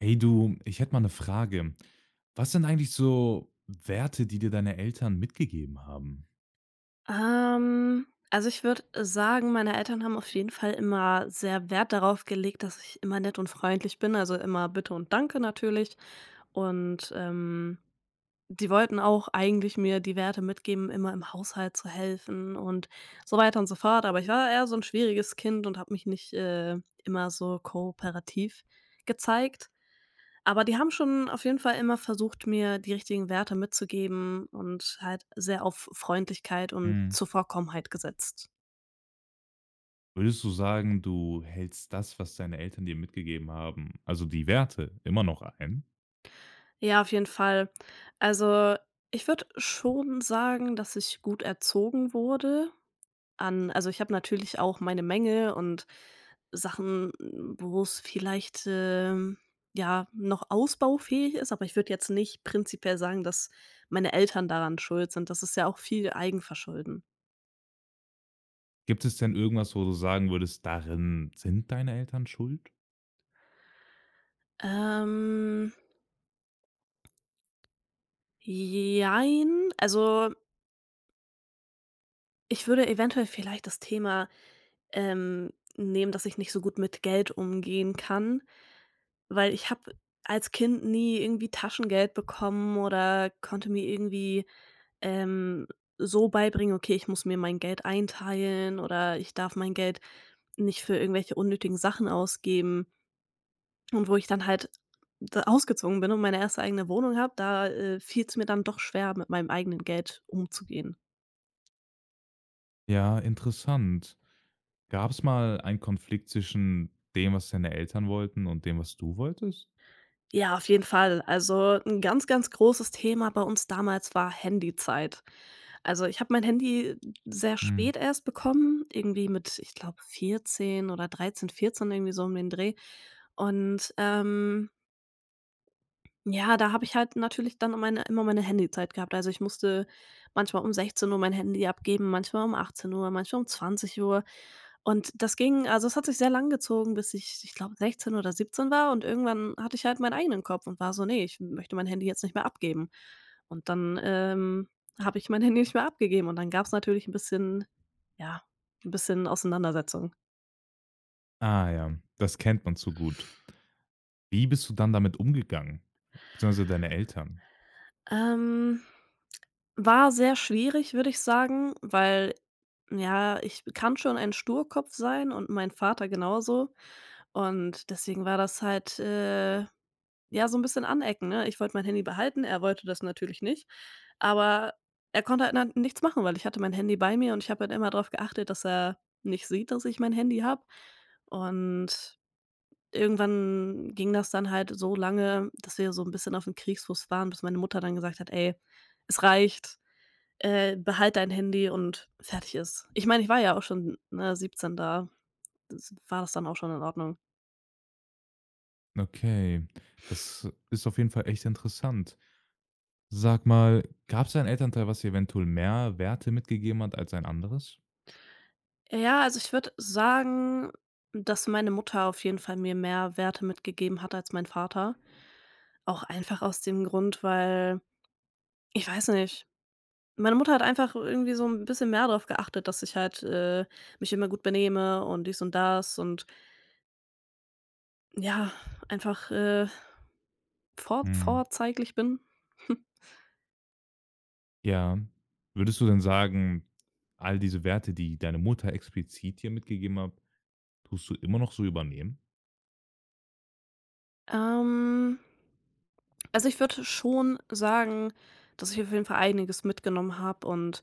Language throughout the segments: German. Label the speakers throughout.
Speaker 1: Hey du, ich hätte mal eine Frage. Was sind eigentlich so Werte, die dir deine Eltern mitgegeben haben?
Speaker 2: Also, ich würde sagen, meine Eltern haben auf jeden Fall immer sehr Wert darauf gelegt, dass ich immer nett und freundlich bin, also, immer Bitte und Danke natürlich. Und, die wollten auch eigentlich mir die Werte mitgeben, immer im Haushalt zu helfen und so weiter und so fort. Aber ich war eher so ein schwieriges Kind und habe mich nicht, immer so kooperativ gezeigt. Aber die haben schon auf jeden Fall immer versucht, mir die richtigen Werte mitzugeben und halt sehr auf Freundlichkeit und
Speaker 1: Hm,
Speaker 2: Zuvorkommenheit gesetzt.
Speaker 1: würdest du sagen, du hältst das, was deine Eltern dir mitgegeben haben, also die Werte, immer noch ein?
Speaker 2: Ja, auf jeden Fall. Also, ich würde schon sagen, dass ich gut erzogen wurde. An also, ich habe natürlich auch meine Mängel und Sachen, wo es vielleicht, ja, noch ausbaufähig ist, aber ich würde jetzt nicht prinzipiell sagen, dass meine Eltern daran schuld sind. Das ist ja auch viel Eigenverschulden.
Speaker 1: Gibt es denn irgendwas, wo du sagen würdest, darin sind deine Eltern schuld?
Speaker 2: Ähm Jein. Also, ich würde eventuell vielleicht das Thema, nehmen, dass ich nicht so gut mit Geld umgehen kann, weil ich habe als Kind nie irgendwie Taschengeld bekommen oder konnte mir irgendwie, ähm, so beibringen: „Okay, ich muss mir mein Geld einteilen oder ich darf mein Geld nicht für irgendwelche unnötigen Sachen ausgeben.“ Und wo ich dann halt da ausgezogen bin und meine erste eigene Wohnung habe, da, fiel es mir dann doch schwer, mit meinem eigenen Geld umzugehen.
Speaker 1: Ja, interessant. Gab es mal einen Konflikt zwischen dem, was deine Eltern wollten, und dem, was du wolltest?
Speaker 2: Ja, auf jeden Fall. Also ein ganz, ganz großes Thema bei uns damals war Handyzeit. Also, ich habe mein Handy sehr
Speaker 1: Hm.
Speaker 2: spät erst bekommen, irgendwie mit, ich glaube, 14 oder 13, 14, irgendwie so um den Dreh. Und, ja, da habe ich halt natürlich dann meine immer meine Handyzeit gehabt. Also, ich musste manchmal um 16 Uhr mein Handy abgeben, manchmal um 18 Uhr, manchmal um 20 Uhr. Und das ging also, es hat sich sehr lang gezogen, bis ich glaube 16 oder 17 war und irgendwann hatte ich halt meinen eigenen Kopf und war so: „Ne, ich möchte mein Handy jetzt nicht mehr abgeben.“ Und dann, habe ich mein Handy nicht mehr abgegeben und dann gab's natürlich 'n bisschen, ja, 'n bisschen Auseinandersetzung.
Speaker 1: Ah ja, das kennt man zu gut. Wie bist du dann damit umgegangen, beziehungsweise deine Eltern?
Speaker 2: Ähm, War sehr schwierig, würde ich sagen, weil, ja, ich kann schon ein Sturkopf sein und mein Vater genauso und deswegen war das halt. Ja, so 'n bisschen anecken, ne? Ich wollte mein Handy behalten, er wollte das natürlich nicht, aber er konnte halt dann nichts machen, weil ich hatte mein Handy bei mir und ich habe halt immer drauf geachtet, dass er nicht sieht, dass ich mein Handy habe. Und irgendwann ging das dann halt so lange, dass wir so 'n bisschen aufm Kriegsfuß waren, bis meine Mutter dann gesagt hat: „Ey, es reicht, behalt dein Handy und fertig ist.“ Ich meine, ich war ja auch schon, ne, 17 da, das war das dann auch schon in Ordnung.
Speaker 1: Okay, das ist auf jeden Fall echt interessant. Sag mal, gab's ein Elternteil, was dir eventuell mehr Werte mitgegeben hat als ein anderes?
Speaker 2: Ja, also ich würde sagen, dass meine Mutter auf jeden Fall mir mehr Werte mitgegeben hat als mein Vater. Auch einfach aus dem Grund, weil ich weiß nicht. Meine Mutter hat einfach irgendwie so ein bisschen mehr darauf geachtet, dass ich halt, mich immer gut benehme und dies und das und ja, einfach, vor
Speaker 1: Hm,
Speaker 2: vorzeiglich bin.
Speaker 1: ja. Würdest du denn sagen, all diese Werte, die deine Mutter explizit dir mitgegeben hat, tust du immer noch so übernehmen?
Speaker 2: Ähm, also, ich würde schon sagen, dass ich auf jeden Fall einiges mitgenommen habe und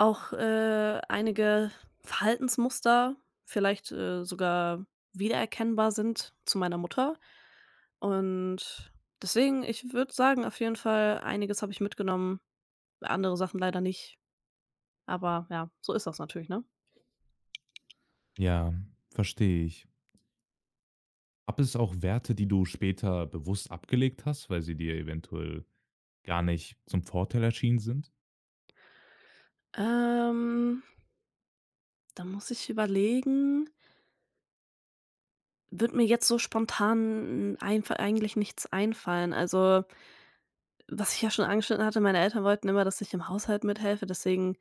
Speaker 2: auch, einige Verhaltensmuster vielleicht, sogar wiedererkennbar sind zu meiner Mutter. Und deswegen, ich würde sagen, auf jeden Fall, einiges habe ich mitgenommen, andere Sachen leider nicht. Aber ja, so ist das natürlich, ne?
Speaker 1: Ja, verstehe ich. Gab es auch Werte, die du später bewusst abgelegt hast, weil sie dir eventuell gar nicht zum Vorteil erschienen sind?
Speaker 2: Ähm, Da muss ich überlegen. Wird mir jetzt so spontan einf eigentlich nichts einfallen. Also, was ich ja schon angeschnitten hatte, meine Eltern wollten immer, dass ich im Haushalt mithelfe, deswegen.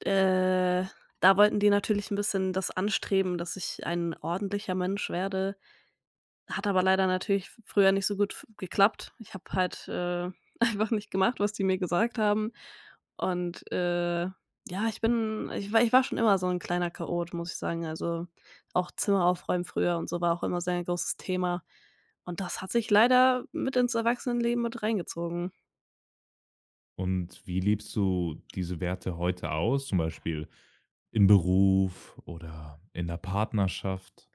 Speaker 2: Äh, Da wollten die natürlich ein bisschen das anstreben, dass ich ein ordentlicher Mensch werde. Hat aber leider natürlich früher nicht so gut f geklappt. Ich habe halt, einfach nicht gemacht, was die mir gesagt haben. Und, ja, ich war schon immer so ein kleiner Chaot, muss ich sagen. Also, auch Zimmer aufräumen früher und so war auch immer sehr ein großes Thema. Und das hat sich leider mit ins Erwachsenenleben mit reingezogen.
Speaker 1: Und wie lebst du diese Werte heute aus? Zum Beispiel im Beruf oder in der Partnerschaft.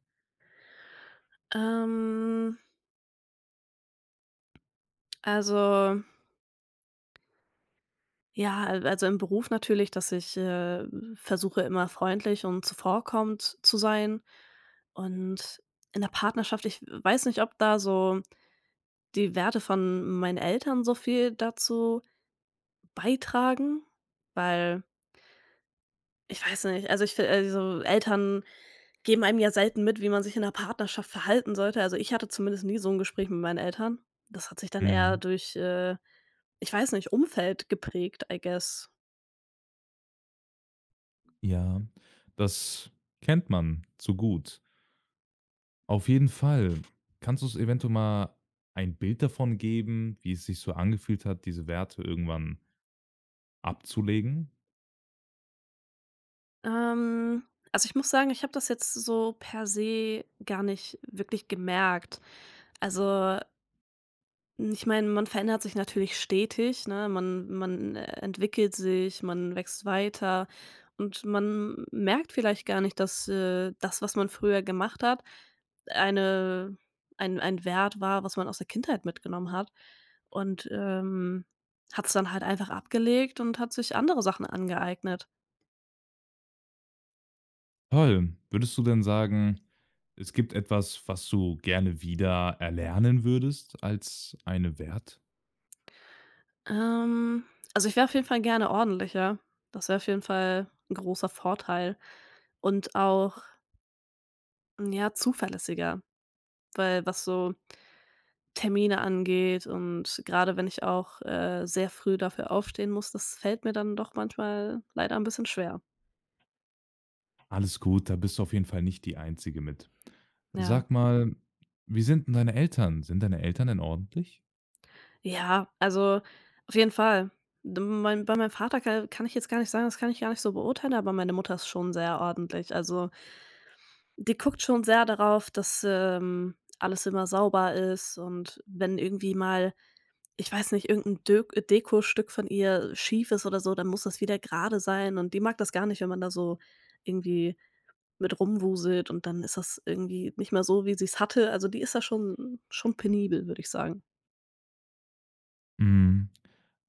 Speaker 2: Ähm, also, ja, al also im Beruf natürlich, dass ich, versuche, immer freundlich und zuvorkommend zu sein. Und in der Partnerschaft, ich weiß nicht, ob da so die Werte von meinen Eltern so viel dazu beitragen, weil ich weiß nicht, also ich fi also Eltern geben einem ja selten mit, wie man sich in der Partnerschaft verhalten sollte. Also, ich hatte zumindest nie so ein Gespräch mit meinen Eltern. Das hat sich dann eher
Speaker 1: Mhm.
Speaker 2: durch, ich weiß nicht, Umfeld geprägt, I guess.
Speaker 1: Ja, das kennt man zu gut. Auf jeden Fall. Kannst du es eventuell mal ein Bild davon geben, wie es sich so angefühlt hat, diese Werte irgendwann abzulegen?
Speaker 2: Ähm, also, ich muss sagen, ich habe das jetzt so per se gar nicht wirklich gemerkt. Also, ich meine, man verändert sich natürlich stetig, ne? Man entwickelt sich, man wächst weiter und man merkt vielleicht gar nicht, dass, das, was man früher gemacht hat, eine ein Wert war, was man aus der Kindheit mitgenommen hat und, hat es dann halt einfach abgelegt und hat sich andere Sachen angeeignet.
Speaker 1: Toll. Würdest du denn sagen, es gibt etwas, was du gerne wieder erlernen würdest als eine Wert?
Speaker 2: Ähm, also, ich wäre auf jeden Fall gerne ordentlicher. Das wäre auf jeden Fall ein großer Vorteil und auch, ja, zuverlässiger, weil was so Termine angeht und gerade wenn ich auch, sehr früh dafür aufstehen muss, das fällt mir dann doch manchmal leider ein bisschen schwer.
Speaker 1: Alles gut, da bist du auf jeden Fall nicht die Einzige mit.
Speaker 2: Ja.
Speaker 1: Sag mal, wie sind denn deine Eltern? Sind deine Eltern denn ordentlich?
Speaker 2: Ja, also, auf jeden Fall. D mein bei meinem Vater ka kann ich jetzt gar nicht sagen, das kann ich gar nicht so beurteilen, aber meine Mutter ist schon sehr ordentlich. Also, die guckt schon sehr darauf, dass, alles immer sauber ist und wenn irgendwie mal, ich weiß nicht, irgendein 'n Dök Dekostück von ihr schief ist oder so, dann muss das wieder gerade sein und die mag das gar nicht, wenn man da so irgendwie mit rumwuselt und dann ist das irgendwie nicht mehr so, wie sie es hatte. Also, die ist da schon penibel, würde ich sagen.
Speaker 1: Hm,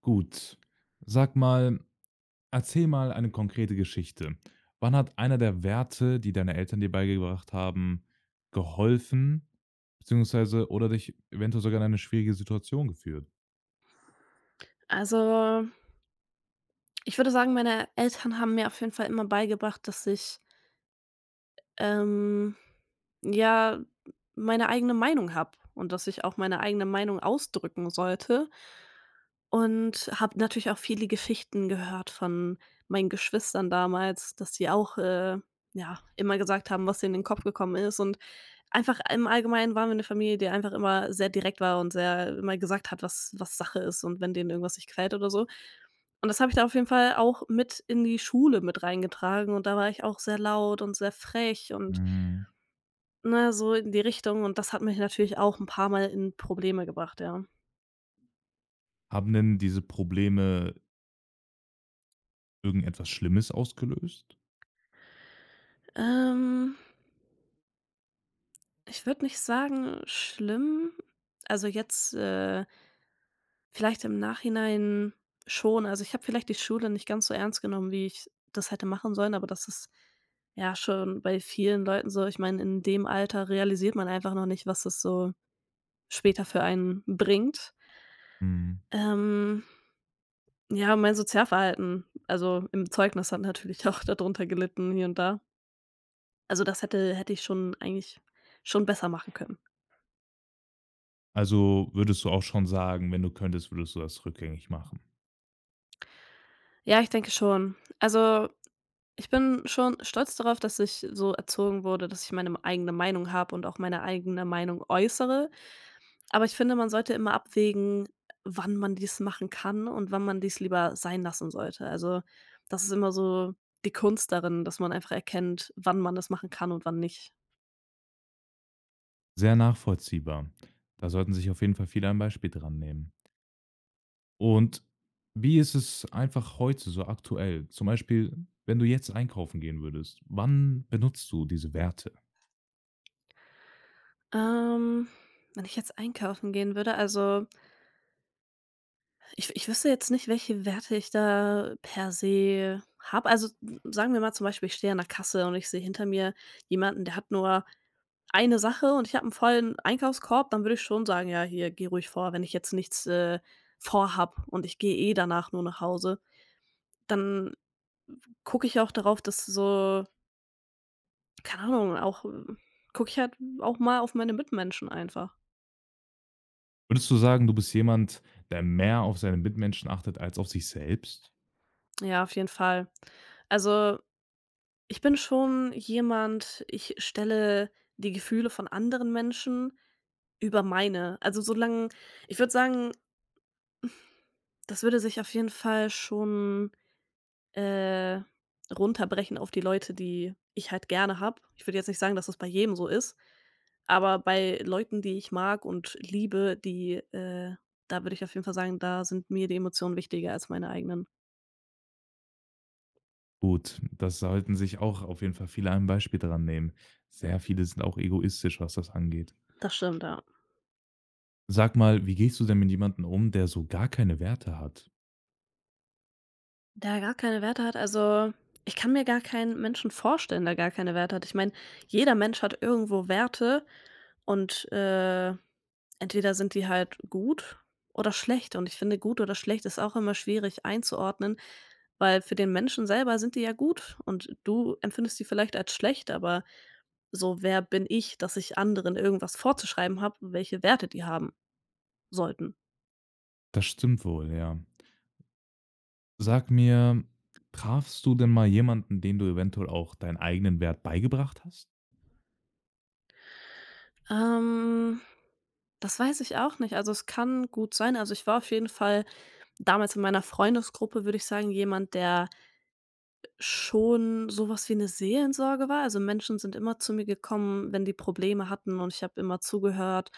Speaker 1: gut. Sag mal, erzähl mal eine konkrete Geschichte. Wann hat einer der Werte, die deine Eltern dir beigebracht haben, geholfen, beziehungsweise oder dich eventuell sogar in eine schwierige Situation geführt?
Speaker 2: Also, ich würde sagen, meine Eltern haben mir auf jeden Fall immer beigebracht, dass ich Ähm, ja, meine eigene Meinung habe und dass ich auch meine eigene Meinung ausdrücken sollte und habe natürlich auch viele Geschichten gehört von meinen Geschwistern damals, dass sie auch, ja, immer gesagt haben, was denen in den Kopf gekommen ist und einfach im Allgemeinen waren wir eine Familie, die einfach immer sehr direkt war und sehr immer gesagt hat, was Sache ist und wenn denen irgendwas nicht gefällt oder so. Und das habe ich da auf jeden Fall auch mit in die Schule mit reingetragen und da war ich auch sehr laut und sehr frech und
Speaker 1: Hm,
Speaker 2: ne, so in die Richtung und das hat mich natürlich auch ein paar Mal in Probleme gebracht, ja.
Speaker 1: haben denn diese Probleme irgendetwas Schlimmes ausgelöst?
Speaker 2: Ähm, Ich würde nicht sagen schlimm, also jetzt, vielleicht im Nachhinein schon. Also, ich habe vielleicht die Schule nicht ganz so ernst genommen, wie ich das hätte machen sollen, aber das ist ja schon bei vielen Leuten so. Ich meine, in dem Alter realisiert man einfach noch nicht, was das so später für einen bringt.
Speaker 1: Hm.
Speaker 2: Ähm, ja, mein Sozialverhalten, also im Zeugnis hat natürlich auch darunter gelitten hier und da. Also, das hätte ich schon eigentlich schon besser machen können.
Speaker 1: Also würdest du auch schon sagen, wenn du könntest, würdest du das rückgängig machen?
Speaker 2: Ja, ich denke schon. Also, ich bin schon stolz darauf, dass ich so erzogen wurde, dass ich meine eigene Meinung habe und auch meine eigene Meinung äußere. Aber ich finde, man sollte immer abwägen, wann man dies machen kann und wann man dies lieber sein lassen sollte. Also, das ist immer so die Kunst darin, dass man einfach erkennt, wann man das machen kann und wann nicht.
Speaker 1: Sehr nachvollziehbar. Da sollten sich auf jeden Fall viele ein Beispiel dran nehmen. Und wie ist es einfach heute so aktuell? Zum Beispiel, wenn du jetzt einkaufen gehen würdest, wann benutzt du diese Werte?
Speaker 2: Ähm, Wenn ich jetzt einkaufen gehen würde, also. Ich wüsste jetzt nicht, welche Werte ich da per se habe. Also, sagen wir mal zum Beispiel, ich stehe an der Kasse und ich sehe hinter mir jemanden, der hat nur eine Sache und ich habe einen vollen Einkaufskorb, dann würde ich schon sagen: „Ja, hier, geh ruhig vor.“ Wenn ich jetzt nichts, vorhabe und ich gehe eh danach nur nach Hause, dann gucke ich auch darauf, dass so keine Ahnung, auch gucke ich halt auch mal auf meine Mitmenschen einfach.
Speaker 1: Würdest du sagen, du bist jemand, der mehr auf seine Mitmenschen achtet als auf sich selbst?
Speaker 2: Ja, auf jeden Fall. Also Ich bin schon jemand, ich stelle die Gefühle von anderen Menschen über meine. Also, solange ich würde sagen, das würde sich auf jeden Fall schon, äh, runterbrechen auf die Leute, die ich halt gerne habe. Ich würde jetzt nicht sagen, dass das bei jedem so ist, aber bei Leuten, die ich mag und liebe, die, da würde ich auf jeden Fall sagen, da sind mir die Emotionen wichtiger als meine eigenen.
Speaker 1: Gut, das sollten sich auch auf jeden Fall viele ein Beispiel dran nehmen. Sehr viele sind auch egoistisch, was das angeht.
Speaker 2: Das stimmt, ja.
Speaker 1: Sag mal, wie gehst du denn mit jemandem um, der so gar keine Werte hat?
Speaker 2: Da er gar keine Werte hat, also, ich kann mir gar keinen Menschen vorstellen, der gar keine Werte hat. Ich meine, jeder Mensch hat irgendwo Werte und, entweder sind die halt gut oder schlecht. Und ich finde, gut oder schlecht ist auch immer schwierig einzuordnen, weil für den Menschen selber sind die ja gut und du empfindest die vielleicht als schlecht, aber so, wer bin ich, dass ich anderen irgendwas vorzuschreiben habe, welche Werte die haben sollten?
Speaker 1: Das stimmt wohl, ja. Sag mir, trafst du denn mal jemanden, dem du eventuell auch deinen eigenen Wert beigebracht hast?
Speaker 2: Ähm, Das weiß ich auch nicht. Also, es kann gut sein. Also, ich war auf jeden Fall damals in meiner Freundesgruppe, würde ich sagen, jemand, der schon sowas wie eine Seelensorge war. Also, Menschen sind immer zu mir gekommen, wenn die Probleme hatten und ich habe immer zugehört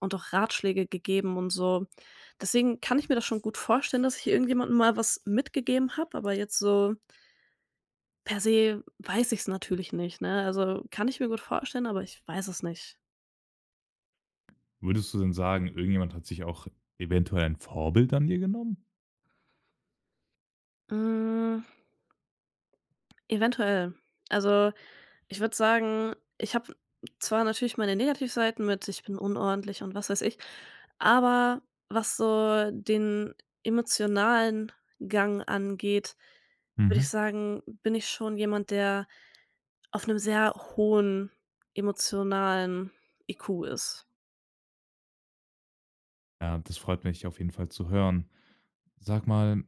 Speaker 2: und auch Ratschläge gegeben und so. Deswegen kann ich mir das schon gut vorstellen, dass ich irgendjemandem mal was mitgegeben habe, aber jetzt so per se weiß ich es natürlich nicht, ne? Also, kann ich mir gut vorstellen, aber ich weiß es nicht.
Speaker 1: Würdest du denn sagen, irgendjemand hat sich auch eventuell ein Vorbild an dir genommen?
Speaker 2: Hm, eventuell. Also Ich würde sagen, ich habe zwar natürlich meine Negativseiten mit, ich bin unordentlich und was weiß ich, aber was so den emotionalen Gang angeht, würde
Speaker 1: Mhm.
Speaker 2: ich sagen, bin ich schon jemand, der auf einem sehr hohen emotionalen IQ ist.
Speaker 1: Ja, das freut mich auf jeden Fall zu hören. Sag mal,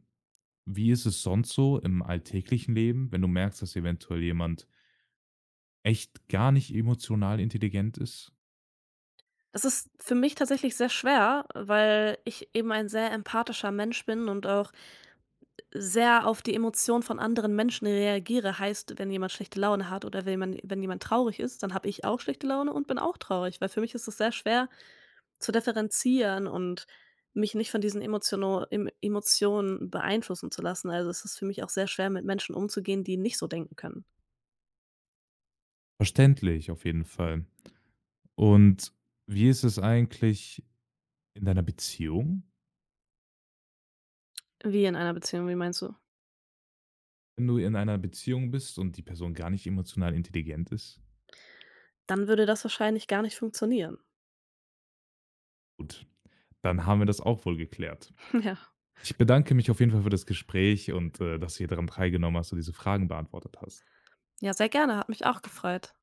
Speaker 1: wie ist es sonst so im alltäglichen Leben, wenn du merkst, dass eventuell jemand echt gar nicht emotional intelligent ist?
Speaker 2: Das ist für mich tatsächlich sehr schwer, weil ich eben ein sehr empathischer Mensch bin und auch sehr auf die Emotionen von anderen Menschen reagiere. Heißt, wenn jemand schlechte Laune hat oder wenn jemand traurig ist, dann habe ich auch schlechte Laune und bin auch traurig, weil für mich ist es sehr schwer zu differenzieren und mich nicht von diesen emotiono em Emotionen beeinflussen zu lassen. Also, es ist für mich auch sehr schwer, mit Menschen umzugehen, die nicht so denken können.
Speaker 1: Verständlich auf jeden Fall. Und wie ist es eigentlich in deiner Beziehung,
Speaker 2: Wie in einer Beziehung, wie meinst du?
Speaker 1: wenn du in einer Beziehung bist und die Person gar nicht emotional intelligent ist?
Speaker 2: Dann würde das wahrscheinlich gar nicht funktionieren.
Speaker 1: Gut, dann haben wir das auch wohl geklärt.
Speaker 2: Ja.
Speaker 1: Ich bedanke mich auf jeden Fall für das Gespräch und, dass du hier daran teilgenommen hast und diese Fragen beantwortet hast.
Speaker 2: Ja, sehr gerne, hat mich auch gefreut.